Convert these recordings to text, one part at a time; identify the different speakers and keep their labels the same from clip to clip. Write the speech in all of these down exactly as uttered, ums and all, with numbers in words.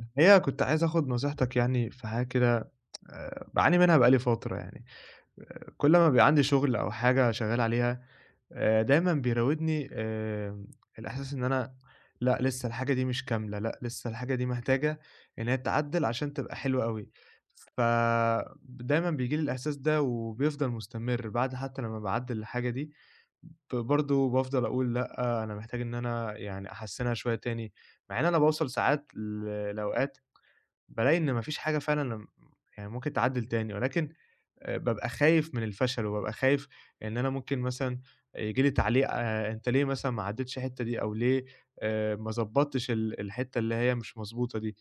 Speaker 1: الحقيقة كنت عايز آخد نصيحتك يعني في حاجة كده آآ باعاني منها بقى لي فترة يعني، كل ما بيبقى عندي شغل أو حاجة شغّال عليها آآ دايمًا بيراودني آمم الإحساس إن أنا لأ، لسه الحاجة دي مش كاملة، لأ، لسه الحاجة دي محتاجة إن هي تتعدّل عشان تبقى حلوة أوي، ف دايمًا بييجي لي الإحساس ده وبيفضل مستمر بعد حتى لمّا باعدّل الحاجة دي ب برضه بافضل أقول لأ، أنا محتاج إن أنا يعني أحسّنها شوية تاني، مع إن أنا باوصل ساعات ل لأوقات بالاقي إن ما فيش حاجة فعلًا م يعني ممكن تعدِّل تاني، ولكن آآ بابقى خايف من الفشل، وبابقى خايف إن أنا ممكن مثلًا ييجي لي تعليق آآ أنت ليه مثلًا ما عدّلتش الحتّة دي، أو ليه آآ ما ضبّطتش ال الحتّة اللي هي مش مضبوطة دي،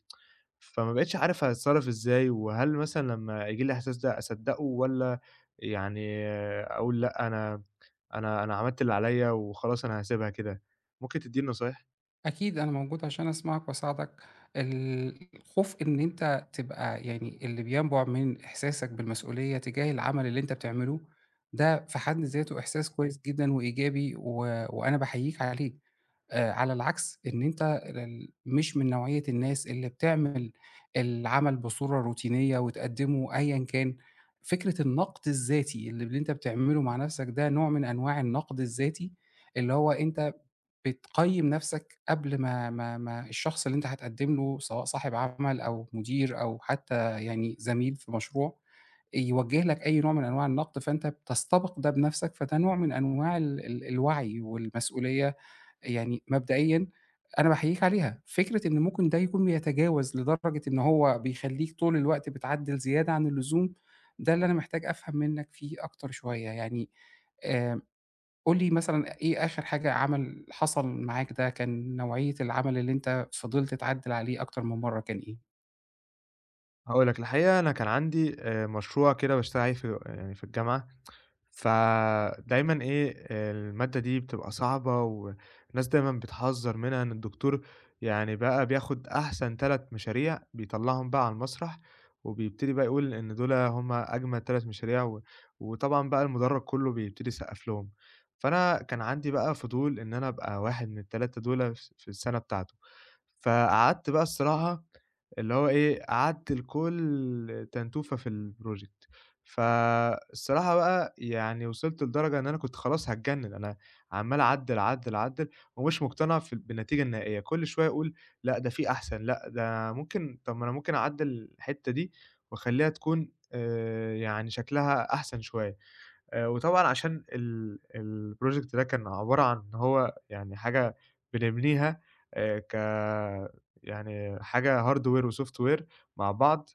Speaker 1: فما بقيتش عارف هاتصرّف إزاي، وهل مثلًا لمّا ييجي لي الإحساس ده أصدّقه والّا يعني آه، أقول لأ أنا أنا أنا عملت اللي عليَّ وخلاص أنا هاسيبها كده، ممكن تدّيني نصايح؟
Speaker 2: أكيد أنا موجود عشان أسمعك وأساعدك. ال الخوف إن أنت تبقى، يعني، اللي بينبُع من إحساسك بالمسؤولية تجاه العمل اللي أنت بتعمله، ده في حد ذاته إحساس كويس جدًا وإيجابي، و وأنا باحييك عليه. آآ على العكس، إن أنت ال مش من نوعية الناس اللي بتعمل العمل بصورة روتينية وتقدّمه أيًا كان. فكرة النقد الذاتي اللي ب اللي أنت بتعمله مع نَفْسك ده نوع من أنواع النقد الذاتي، اللي هو أنت بتقيّم نَفْسك قبل ما ما ما الشخص اللي أنت هتقدّم له، سواء صاحب عمل أو مدير أو حتى، يعني، زميل في مشروع، يوجّه لك أي نوع من أنواع النقد، فأنت بتستبق ده بنَفْسك. فده نوع من أنواع ال ال الوعي والمسؤولية. يعني مبدئيًا أنا باحييك عليها. فكرة إن ممكن ده يكون بيتجاوز لدرجة إن هو بيخلّيك طول الوقت بتعدّل زيادة عن اللزوم، ده اللي أنا محتاج أفهم منّك فيه أكتر شوية. يعني آآ قُل لي مثلًا، إيه آخر حاجة عمل حصل معاك ده؟ كان نوعية العمل اللي أنت فضلت تعدّل عليه أكتر من مرّة كان إيه؟
Speaker 1: هاقول لك، الحقيقة أنا كان عندي آآ مشروع كده باشتغل عليه في يعني في الجامعة فدايمًا إيه، المادة دي بتبقى صعبة والناس دايمًا بتحذّر منها إن الدكتور يعني بقى بياخُد أحسن ثلاث مشاريع بيطلّعهم بقى على المسرح وبيبتدي بقى يقول إن دُول هم أجمد ثلاث مشاريع و وطبعًا بقى المُدرّج كُلّه بيبتدي يسقّف لهم. فأنا كان عندي بقى فضول إن أنا أبقى واحد من الثلاثة دول ف في السَنة بتاعته. فقعدت بقى الصراحة اللي هو إيه، قعدت لكل تنتوفة في الproject. فالصراحة بقى يعني وصلت لدرجة إن أنا كنت خلاص هاتجنن، أنا عمّال أعدّل، أعدّل، أعدّل ومش مقتنع في بالنتيجة النهائية، كل شوية أقول لأ ده في أحسن، لأ ده ممكن طب ما أنا ممكن أعدّل الحتّة دي وأخلّيها تكون آآ يعني شكلها أحسن شوية. آآ وطبعًا عشان ال الproject ده كان عبارة عن إن هو يعني حاجة بنبنيها آآ ك يعني حاجة hardware وsoftware مع بعض.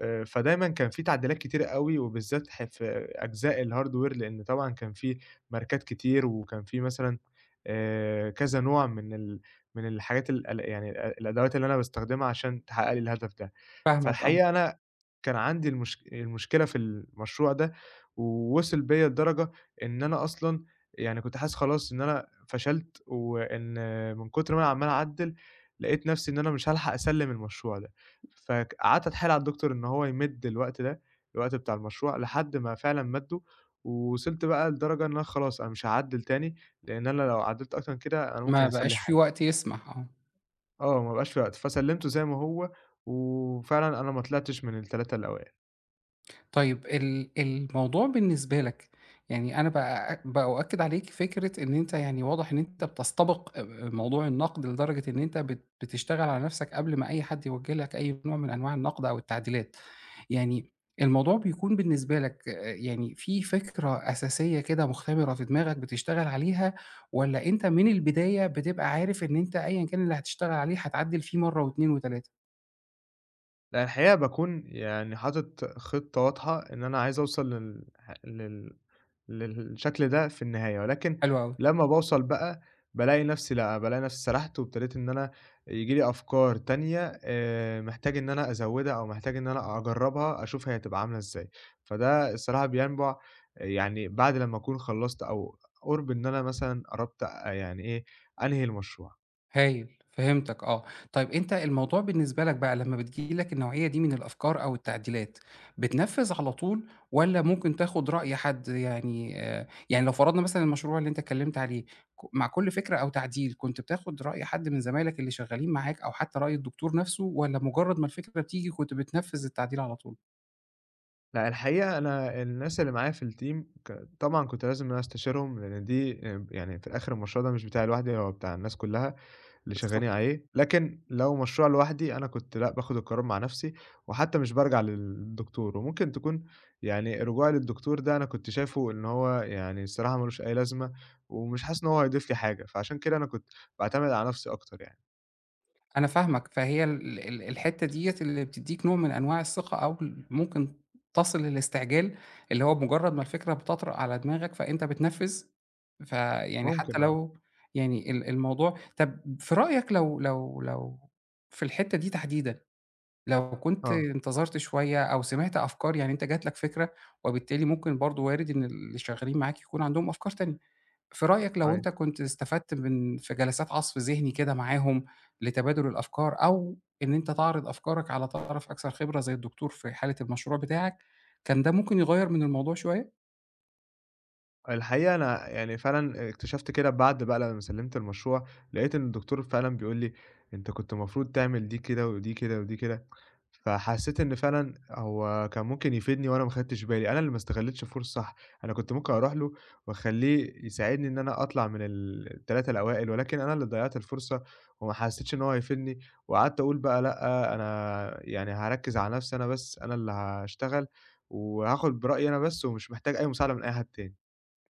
Speaker 1: آآ، فدايمًا كان في تعديلات كتيرة أوي، وبالذات ح في أجزاء الhardware لأن طبعًا كان في ماركات كتير، وكان في مثلًا آآ، كذا نوع من ال من الحاجات ال ال يعني ال الأدوات اللي أنا باستخدمها عشان تحقق لي الهدف ده.
Speaker 2: فاهمك، آه.
Speaker 1: فالحقيقة أنا كان عندي المش المشكلة في المشروع ده، ووصل بيّا لدرجة إن أنا أصلًا يعني كنت حاسس خلاص إن أنا فشلت، وإن من كتر ما أنا عمّال أعدِّل، لقيت نفسي إن أنا مش هالحق أسلِّم المشروع ده. فك قعدت أتحايل على الدكتور إن هو يمِد الوقت ده، الوقت بتاع المشروع، لحد ما فعلًا مَدّه، ووصلت بقى لدرجة إن أنا خلاص أنا مش هاعدِّل تاني، لإن أنا لو عدِّلت أكتر من كده أنا ممكن
Speaker 2: ما
Speaker 1: يحصل لي
Speaker 2: بقاش في
Speaker 1: حاجة.
Speaker 2: وقت يسمح، آه.
Speaker 1: آه، ما بقاش في وقت، فسلِّمته زي ما هو، وفعلًا أنا ما طلعتش من الثلاثة الأوائل.
Speaker 2: طيب ال الموضوع بالنسبة لك، يعني أنا بأ بأؤكد عليك فكرة إن أنت، يعني، واضح إن أنت بتستبق موضوع النقد لدرجة إن أنت بت بتشتغل على نفسك قبل ما أي حد يوجه لك أي نوع من أنواع النقد أو التعديلات. يعني الموضوع بيكون بالنسبة لك آآ يعني في فكرة أساسية كده مختبرة في دماغك بتشتغل عليها، والّا أنت من البداية بتبقى عارف إن أنت أيًا كان اللي هتشتغل عليه هتعدِّل فيه مرة واتنين وتلاتة؟
Speaker 1: لأ الحقيقة باكون يعني حاطط خطة واضحة إن أنا عايز أوصل لل ح لل للشكل ده في النهاية، ولكن
Speaker 2: حلو أوي.
Speaker 1: لمّا باوصل بقى بالاقي نفسي لأ، بالاقي نفسي سرحت وابتديت إن أنا ييجي لي أفكار تانية آآ، محتاج إن أنا أزوّدها أو محتاج إن أنا أجرّبها أشوف هي هتبقى عاملة إزاي، فده الصراحة بينبع آه، يعني بعد لمّا أكون خلّصت أو قُرب إن أنا مثلًا قربت آه، يعني إيه أنهي المشروع.
Speaker 2: هايل، فهمتك، آه. طيب أنت الموضوع بالنسبة لك بقى لمّا بتيجي لك النوعية دي من الأفكار أو التعديلات، بتنفّذ على طول والّا ممكن تاخد رأي حد؟ يعني آآ يعني لو فرضنا مثلًا المشروع اللي أنت اتكلّمت عليه، ك مع كل فكرة أو تعديل كنت بتاخد رأي حد من زمايلك اللي شغّالين معاك، أو حتى رأي الدكتور نَفْسه، والّا مُجرّد ما الفكرة بتيجي كنت بتنفّذ التعديل على
Speaker 1: لأ، الحقيقة أنا الناس اللي معايا في الteam ك طبعًا كنت لازم إن أنا أستشيرهم، لإن دي آآ، يعني في الآخر المشروع ده مش بتاعي لوحدي، هو بتاع الناس كلها اللي
Speaker 2: طول؟
Speaker 1: شغالين عليه، لكن لو مشروع لوحدي أنا كنت لأ، باخد القرار مع نفسي، وحتى مش بارجع للدكتور، وممكن تكون يعني رجوعي للدكتور ده أنا كنت شايفه إن هو يعني الصراحة ما لوش أي لازمة، ومش حاسس إن هو هيضيف لي حاجة، فعشان كده أنا كنت باعتمد على نفسي أكتر يعني،
Speaker 2: أنا فاهمك. فهي ال ال الحتّة ديّة اللي بتدّيك نوع من أنواع الثقة، أو ال ممكن تصل للاستعجال، اللي هو بمجرّد ما الفكرة بتطرأ على دماغك فأنت بتنفّذ. فيعني حتّى
Speaker 1: ممكن آه،
Speaker 2: لو، يعني، ال الموضوع طَب في رأيك، لو لو لو في الحتّة دي تحديدًا، لو كنت
Speaker 1: آه،
Speaker 2: انتظرت شوية أو سمعت أفكار، يعني أنت جات لك فكرة، وبالتالي ممكن برضه وارد إن اللي شغّالين معاك يكون عندهم أفكار تانية. في رأيك، لو
Speaker 1: أيوه.
Speaker 2: أنت كنت استفدت من في جلسات عصف ذهني كده معاهم لتبادل الأفكار، أو إن أنت تعرض أفكارك على طرف أكثر خبرة زي الدكتور في حالة المشروع بتاعك، كان ده ممكن يغيّر من الموضوع شوية؟
Speaker 1: الحقيقة أنا يعني فعلًا اكتشفت كده بعد بقى لمّا سلِّمت المشروع، لقيت إن الدكتور فعلًا بيقول لي: "أنت كنت المفروض تعمل دي كده، ودي كده، ودي كده." فحسيت إن فعلًا هو كان ممكن يفيدني وأنا ما خدتش بالي، أنا اللي ما استغلِّتش الفرصة صح، أنا كنت ممكن أروح له وأخلّيه يساعدني إن أنا أطلع من ال ال3 الأوائل، ولكن أنا اللي ضيّعت الفرصة وما حسيتش إن هو هيفيدني، وقعدت أقول بقى لأ، أنا يعني هاركّز على نفسي أنا بس، أنا اللي هاشتغل وهاخد برأيي أنا بس ومش محتاج أي مساعدة من أي حد تاني.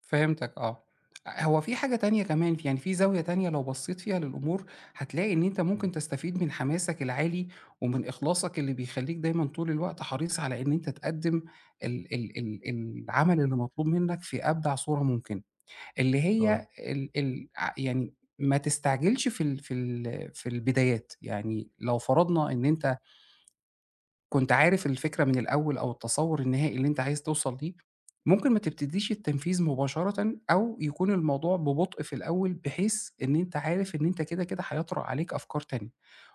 Speaker 2: فهمتك، آه. هو في حاجة تانية كمان، في يعني في زاوية تانية لو بصّيت فيها للأمور، هتلاقي إن أنت ممكن تستفيد من حماسك العالي ومن إخلاصك اللي بيخلّيك دايمًا طول الوقت حريص على إن أنت تقدّم ال ال ال العمل اللي مطلوب منّك في أبدع صورة ممكنة. اللي
Speaker 1: آه،
Speaker 2: هي ال ال ع يعني ما تستعجلش في ال في ال في البدايات، يعني لو فرضنا إن أنت كنت عارف الفكرة من الأول أو التصوُّر النهائي اللي أنت عايز توصل ليه، ممكن ما تبتديش التنفيذ مباشرةً، أو يكون الموضوع ببطء في الأول، بحيث إن أنت عارف إن أنت كده، كده هيطرأ عليك أفكار تانية،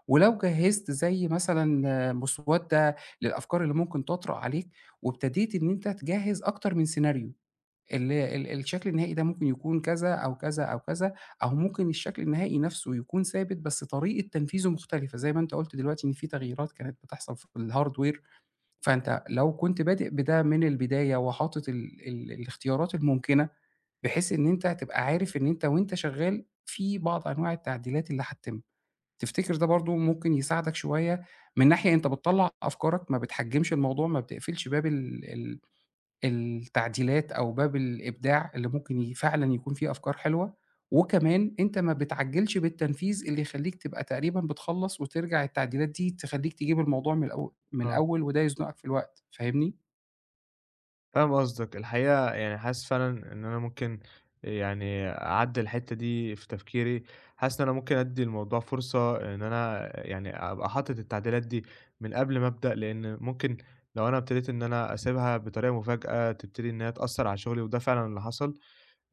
Speaker 2: ولو جهّزت زي مثلًا مسودة للأفكار اللي ممكن تطرأ عليك، وابتديت إن أنت تجهّز أكتر من سيناريو. ال ال الشكل النهائي ده ممكن يكون كذا أو كذا أو كذا، أو ممكن الشكل النهائي نَفْسه يكون ثابت بس طريقة تنفيذه مختلفة، زي ما أنت قُلت دلوقتي إن في تغييرات كانت بتحصل في الhardware. فأنت لو كنت بادئ بده من البداية وحاطط ال ال الاختيارات الممكنة، بحيث إن أنت هتبقى عارف إن أنت، وأنت شغّال، في بعض أنواع التعديلات اللي هتتم. تفتكر ده برضه ممكن يساعدك شوية، من ناحية أنت بتطلّع أفكارك، ما بتحجّمش الموضوع، ما بتقفلش باب ال ال التعديلات أو باب الإبداع اللي ممكن ي فعلًا يكون فيه أفكار حلوة، وكمان أنت ما بتعجّلش بالتنفيذ اللي يخلّيك تبقى تقريبًا بتخلّص، وترجع التعديلات دي تخلّيك تجيب الموضوع من الأول من
Speaker 1: آه،
Speaker 2: الأول، وده يزنقك في الوقت، فاهمني؟
Speaker 1: فاهم قصدك، الحقيقة يعني حاسس فعلًا إن أنا ممكن يعني أعدّل الحتّة دي في تفكيري، حاسس إن أنا ممكن أدّي الموضوع فرصة إن أنا يعني أبقى حاطط التعديلات دي من قبل ما أبدأ، لإن ممكن لو أنا ابتديت إن أنا أسيبها بطريقة مفاجأة تبتدي إن هي تأثّر على شغلي، وده فعلًا اللي حصل.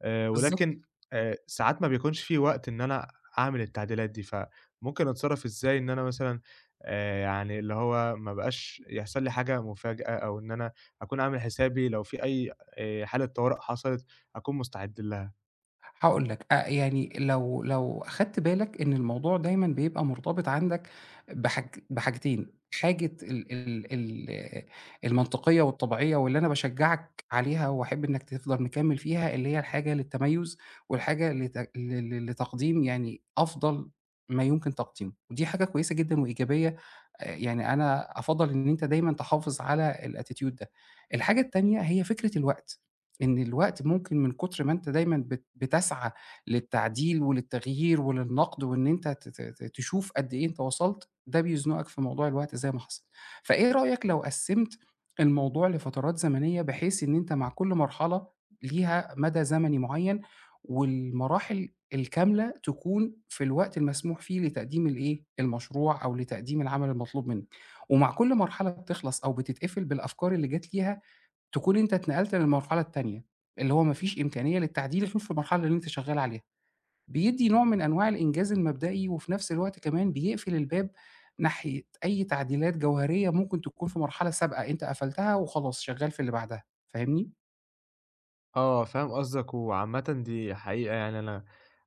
Speaker 1: آآ
Speaker 2: بالضبط.
Speaker 1: ولكن آآ ساعات ما بيكونش في وقت إن أنا أعمل التعديلات دي، فممكن أتصرّف إزاي إن أنا مثلًا آآ يعني اللي هو ما أبقاش يحصل لي حاجة مفاجأة أو إن أنا أكون عامل حسابي لو في أي آآ حالة طوارئ حصلت أكون مستعد لها.
Speaker 2: هاقول لك، أ يعني لو لو أخدت بالك إن الموضوع دايمًا بيبقى مرتبط عندك بحاج بحاجتين، حاجة ال ال ال المنطقية والطبيعية واللي أنا باشجّعك عليها، وأحب إنك تفضل مكمّل فيها، اللي هي الحاجة للتميُّز والحاجة لت ل ل لتقديم، يعني، أفضل ما يمكن تقديمه، ودي حاجة كويسة جدًا وإيجابية. آآ يعني أنا أفضّل إن أنت دايمًا تحافظ على الattitude ده. الحاجة التانية هي فكرة الوقت. إن الوقت ممكن من كتر ما أنت دايمًا بت بتسعى للتعديل وللتغيير وللنقد، وإن أنت ت ت ت تشوف قد إيه أنت وصلت، ده بيزنقك في موضوع الوقت زي ما حصل. فإيه رأيك لو قسّمت الموضوع لفترات زمنية، بحيث إن أنت مع كل مرحلة ليها مدى زمني معيّن، والمراحل الكاملة تكون في الوقت المسموح فيه لتقديم الإيه، المشروع، أو لتقديم العمل المطلوب منّك. ومع كل مرحلة بتخلص أو بتتقفل بالأفكار اللي جات ليها، تكون أنت اتنقلت للمرحلة التانية، اللي هو ما فيش إمكانية للتعديل غير في المرحلة اللي أنت شغّال عليها. بيدّي نوع من أنواع الإنجاز المبدئي، وفي نفس الوقت كمان بيقفل الباب ناحية أي تعديلات جوهرية ممكن تكون في مرحلة سابقة أنت قفلتها وخلاص شغّال في اللي بعدها، فاهمني؟
Speaker 1: آه، فاهم قصدك، وعامةً دي حقيقة يعني أنا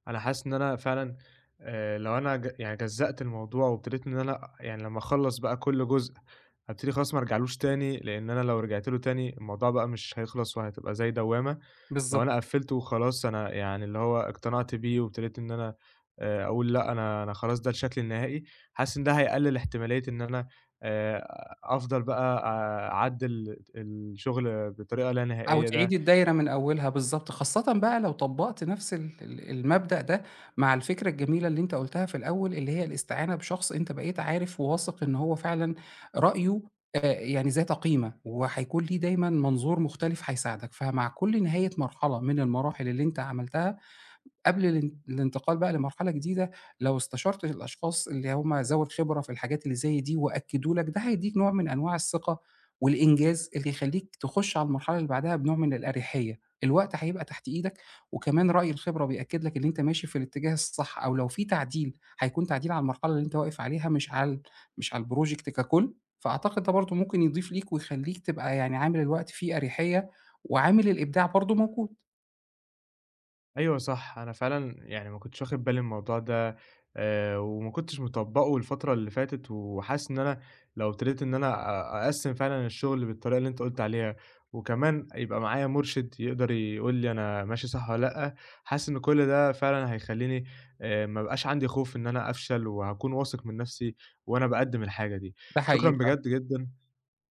Speaker 1: أنا حاسس إن أنا فعلًا آآ لو أنا ج يعني جزّأت الموضوع وابتديت إن أنا يعني لمّا أخلّص بقى كل جزء هابتدي خلاص ما ارجعلوش تاني، لإن أنا لو رجعت له تاني الموضوع بقى مش هيخلص وهتبقى زي دوّامة، لو
Speaker 2: بالظبط.
Speaker 1: أنا قفّلته وخلاص أنا يعني اللي هو اقتنعت بيه وابتديت إن أنا آآ أقول لأ، أنا أنا خلاص ده الشكل النهائي، حاسس إن ده هيقلل احتمالية إن أنا آآ أفضل بقى آه، أعدّل الشغل بطريقة لا
Speaker 2: أو
Speaker 1: نهائية ده
Speaker 2: تعيدي الدايرة من أولها، بالضبط، خاصةً بقى لو طبّقت نفس ال ال المبدأ ده مع الفكرة الجميلة اللي أنت قُلتها في الأول، اللي هي الاستعانة بشخص أنت بقيت عارف وواثق إن هو فعلًا رأيه آآ يعني ذات قيمة، وهيكون ليه دايمًا منظور مختلف هيساعدك. فمع كل نهاية مرحلة من المراحل اللي أنت عملتها قبل الان الانتقال بقى لمرحلة جديدة، لو استشرت الأشخاص اللي هم ذوي الخبرة في الحاجات اللي زي دي وأكدوا لك، ده هيدّيك نوع من أنواع الثقة والإنجاز اللي يخلّيك تخش على المرحلة اللي بعدها بنوع من الأريحية، الوقت هيبقى تحت إيدك، وكمان رأي الخبرة بيأكد لك إن أنت ماشي في الاتجاه الصح، أو لو في تعديل هيكون تعديل على المرحلة اللي أنت واقف عليها، مش على ال مش على الproject ككُل. فأعتقد ده برضه ممكن يضيف ليك ويخلّيك تبقى، يعني، عامل الوقت فيه أريحية، وعامل الإبداع برضه موجود.
Speaker 1: أيوه صح، أنا فعلًا يعني ما كنتش واخد بالي من الموضوع ده آآ، وما كنتش مطبّقه الفترة اللي فاتت، وحاسس إن أنا لو ابتديت إن أنا أ أقسّم فعلًا الشغل بالطريقة اللي أنت قُلت عليها، وكمان يبقى معايا مرشد يقدر يقول لي أنا ماشي صح والّا لأ، حاسس إن كل ده فعلًا هيخلّيني آآ، ما يبقاش عندي خوف إن أنا أفشل، وهاكون واثق من نفسي وأنا باقدّم الحاجة دي.
Speaker 2: ده
Speaker 1: شكرًا
Speaker 2: حقيقي فعلًا.
Speaker 1: بجد جدًا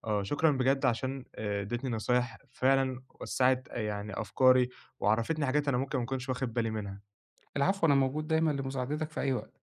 Speaker 1: آه، شكرًا بجد عشان آآ، اديتني نصايح فعلًا وسّعت آه، يعني أفكاري، وعرّفتني حاجات أنا ممكن ما أكونش واخد بالي منها.
Speaker 2: العفو، أنا موجود دايمًا لمساعدتك في أي وقت.